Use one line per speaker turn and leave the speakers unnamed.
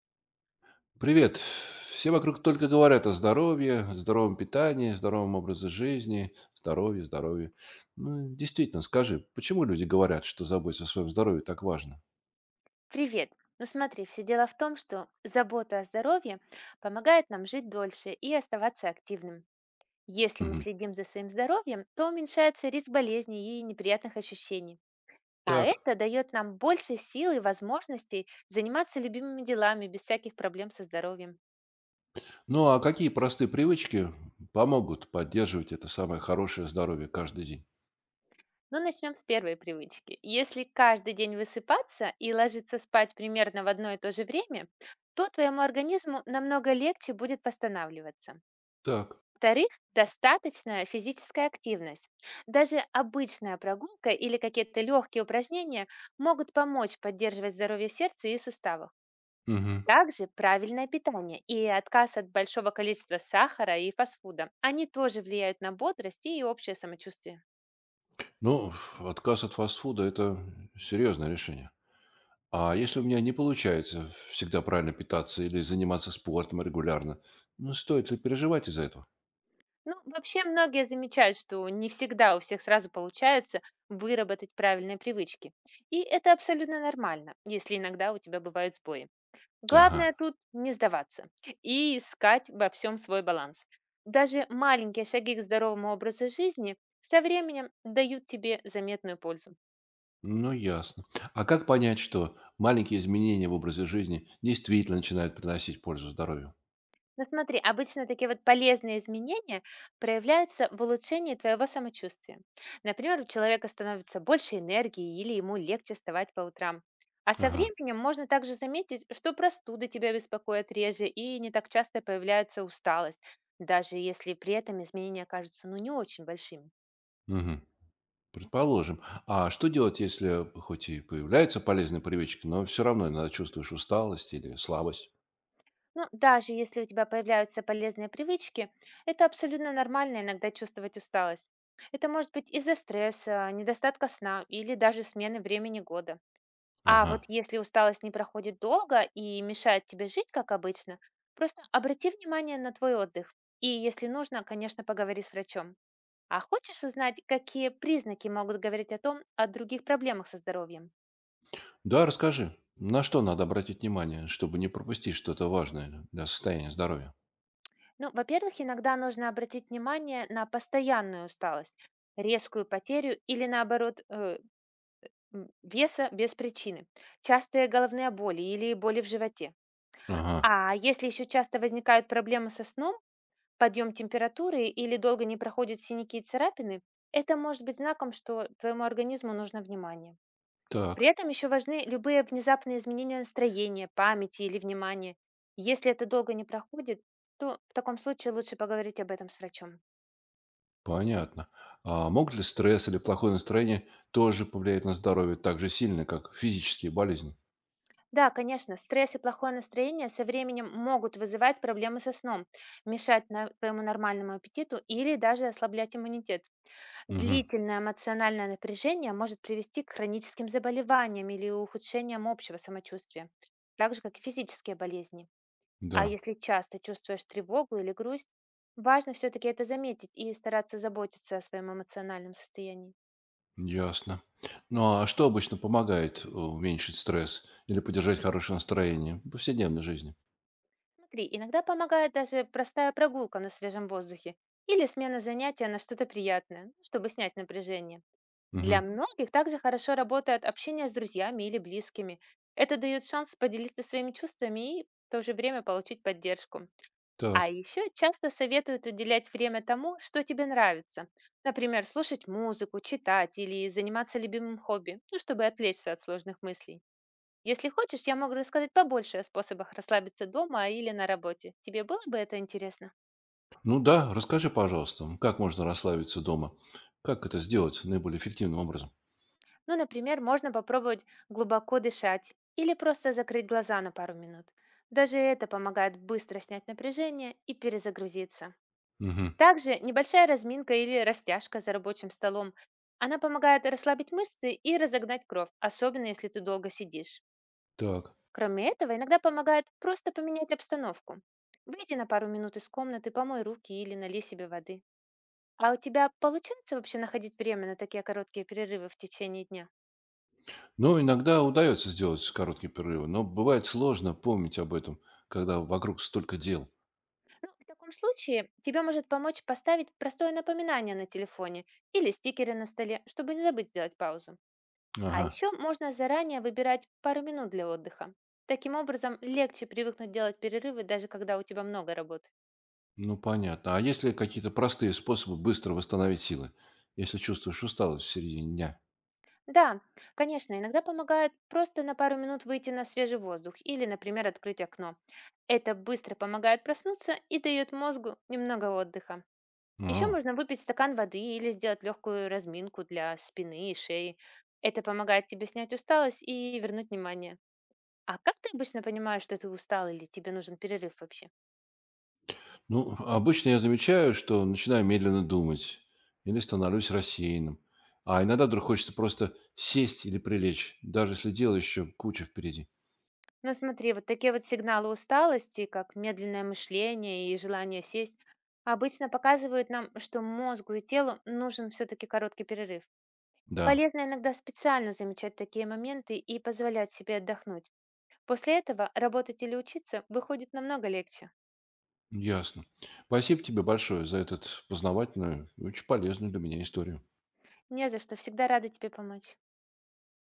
Привет. Все вокруг только говорят о здоровье, здоровом питании, здоровом образе жизни, здоровье, здоровье. Ну, действительно, скажи, почему люди говорят, что заботиться о своем здоровье так важно?
Привет! Ну смотри, все дело в том, что забота о здоровье помогает нам жить дольше и оставаться активным. Если мы
Мгм.
следим за своим здоровьем, то уменьшается риск болезней и неприятных ощущений. А
Так.
это дает нам больше сил и возможностей заниматься любимыми делами без всяких проблем со здоровьем.
Ну, а какие простые привычки помогут поддерживать это самое хорошее здоровье каждый день?
Но начнем с первой привычки. Если каждый день высыпаться и ложиться спать примерно в одно и то же время, то твоему организму намного легче будет восстанавливаться.
Так.
Во-вторых, достаточная физическая активность. Даже обычная прогулка или какие-то легкие упражнения могут помочь поддерживать здоровье сердца и суставов.
Мгм.
Также правильное питание и отказ от большого количества сахара и фастфуда. Они тоже влияют на бодрость и общее самочувствие.
Ну, отказ от фастфуда– это серьезное решение. А если у меня не получается всегда правильно питаться или заниматься спортом регулярно, ну, стоит ли переживать из-за этого?
Ну, вообще многие замечают, что не всегда у всех сразу получается выработать правильные привычки. И это абсолютно нормально, если иногда у тебя бывают сбои.
Ага.
Главное тут не сдаваться и искать во всем свой баланс. Даже маленькие шаги к здоровому образу жизни со временем дают тебе заметную пользу.
Ну, ясно. А как понять, что маленькие изменения в образе жизни действительно начинают приносить пользу здоровью?
Но смотри, обычно такие вот полезные изменения проявляются в улучшении твоего самочувствия. Например, у человека становится больше энергии или ему легче вставать по утрам. А со
Ага.
временем можно также заметить, что простуды тебя беспокоят реже и не так часто появляется усталость, даже если при этом изменения кажутся ну, не очень большими.
Мгм. Предположим. А что делать, если хоть и появляются полезные привычки, но все равно иногда чувствуешь усталость или слабость?
Ну, даже если у тебя появляются полезные привычки, это абсолютно нормально иногда чувствовать усталость. Это может быть из-за стресса, недостатка сна или даже смены времени года. А
Ага.
вот если усталость не проходит долго и мешает тебе жить, как обычно, просто обрати внимание на твой отдых. И если нужно, конечно, поговори с врачом. А хочешь узнать, какие признаки могут говорить о том, о других проблемах со здоровьем?
Да, расскажи. На что надо обратить внимание, чтобы не пропустить что-то важное для состояния здоровья?
Ну, во-первых, иногда нужно обратить внимание на постоянную усталость, резкую потерю или, наоборот, веса без причины, частые головные боли или боли в животе.
Ага.
А если еще часто возникают проблемы со сном, подъем температуры или долго не проходят синяки и царапины, это может быть знаком, что твоему организму нужно внимание. При
Так,
этом еще важны любые внезапные изменения настроения, памяти или внимания. Если это долго не проходит, то в таком случае лучше поговорить об этом с врачом.
понятно. А могут ли стресс или плохое настроение тоже повлиять на здоровье так же сильно, как физические болезни?
Да, конечно, стресс и плохое настроение со временем могут вызывать проблемы со сном, мешать твоему нормальному аппетиту или даже ослаблять иммунитет.
Мгм.
Длительное эмоциональное напряжение может привести к хроническим заболеваниям или ухудшениям общего самочувствия, так же как и физические болезни. А
Да,
если часто чувствуешь тревогу или грусть, важно все-таки это заметить и стараться заботиться о своем эмоциональном состоянии.
ясно. Ну, а что обычно помогает уменьшить стресс или поддержать хорошее настроение в повседневной жизни?
Смотри, иногда помогает даже простая прогулка на свежем воздухе или смена занятия на что-то приятное, ну, чтобы снять напряжение. Для
Мгм.
многих также хорошо работает общение с друзьями или близкими. Это дает шанс поделиться своими чувствами и в то же время получить поддержку.
Так.
А еще часто советуют уделять время тому, что тебе нравится. Например, слушать музыку, читать или заниматься любимым хобби, ну, чтобы отвлечься от сложных мыслей. Если хочешь, я могу рассказать побольше о способах расслабиться дома или на работе. Тебе было бы это интересно?
Ну да, расскажи, пожалуйста, как можно расслабиться дома? Как это сделать наиболее эффективным образом?
Ну, например, можно попробовать глубоко дышать или просто закрыть глаза на пару минут. Даже это помогает быстро снять напряжение и перезагрузиться.
Мгм.
Также небольшая разминка или растяжка за рабочим столом. Она помогает расслабить мышцы и разогнать кровь, особенно если ты долго сидишь.
Так.
Кроме этого, иногда помогает просто поменять обстановку. Выйди на пару минут из комнаты, помой руки или налей себе воды. А у тебя получается вообще находить время на такие короткие перерывы в течение дня?
Ну, иногда удается сделать короткие перерывы, но бывает сложно помнить об этом, когда вокруг столько дел.
Ну, в таком случае тебе может помочь поставить простое напоминание на телефоне или стикеры на столе, чтобы не забыть сделать паузу. А
Ага.
еще можно заранее выбирать пару минут для отдыха. Таким образом, легче привыкнуть делать перерывы, даже когда у тебя много работы.
Ну, понятно. А есть ли какие-то простые способы быстро восстановить силы, если чувствуешь усталость в середине дня?
Да, конечно, иногда помогает просто на пару минут выйти на свежий воздух или, например, открыть окно. Это быстро помогает проснуться и дает мозгу немного отдыха. Еще
А.
можно выпить стакан воды или сделать легкую разминку для спины и шеи. Это помогает тебе снять усталость и вернуть внимание. А как ты обычно понимаешь, что ты устал или тебе нужен перерыв вообще?
Ну, обычно я замечаю, что начинаю медленно думать или становлюсь рассеянным. А иногда вдруг хочется просто сесть или прилечь, даже если дело еще куча впереди.
Ну смотри, вот такие вот сигналы усталости, как медленное мышление и желание сесть, обычно показывают нам, что мозгу и телу нужен все-таки короткий перерыв.
Да,
Полезно иногда специально замечать такие моменты и позволять себе отдохнуть. После этого работать или учиться выходит намного легче.
ясно. Спасибо тебе большое за этот познавательную и очень полезную для меня историю.
Не за что, всегда рада тебе помочь.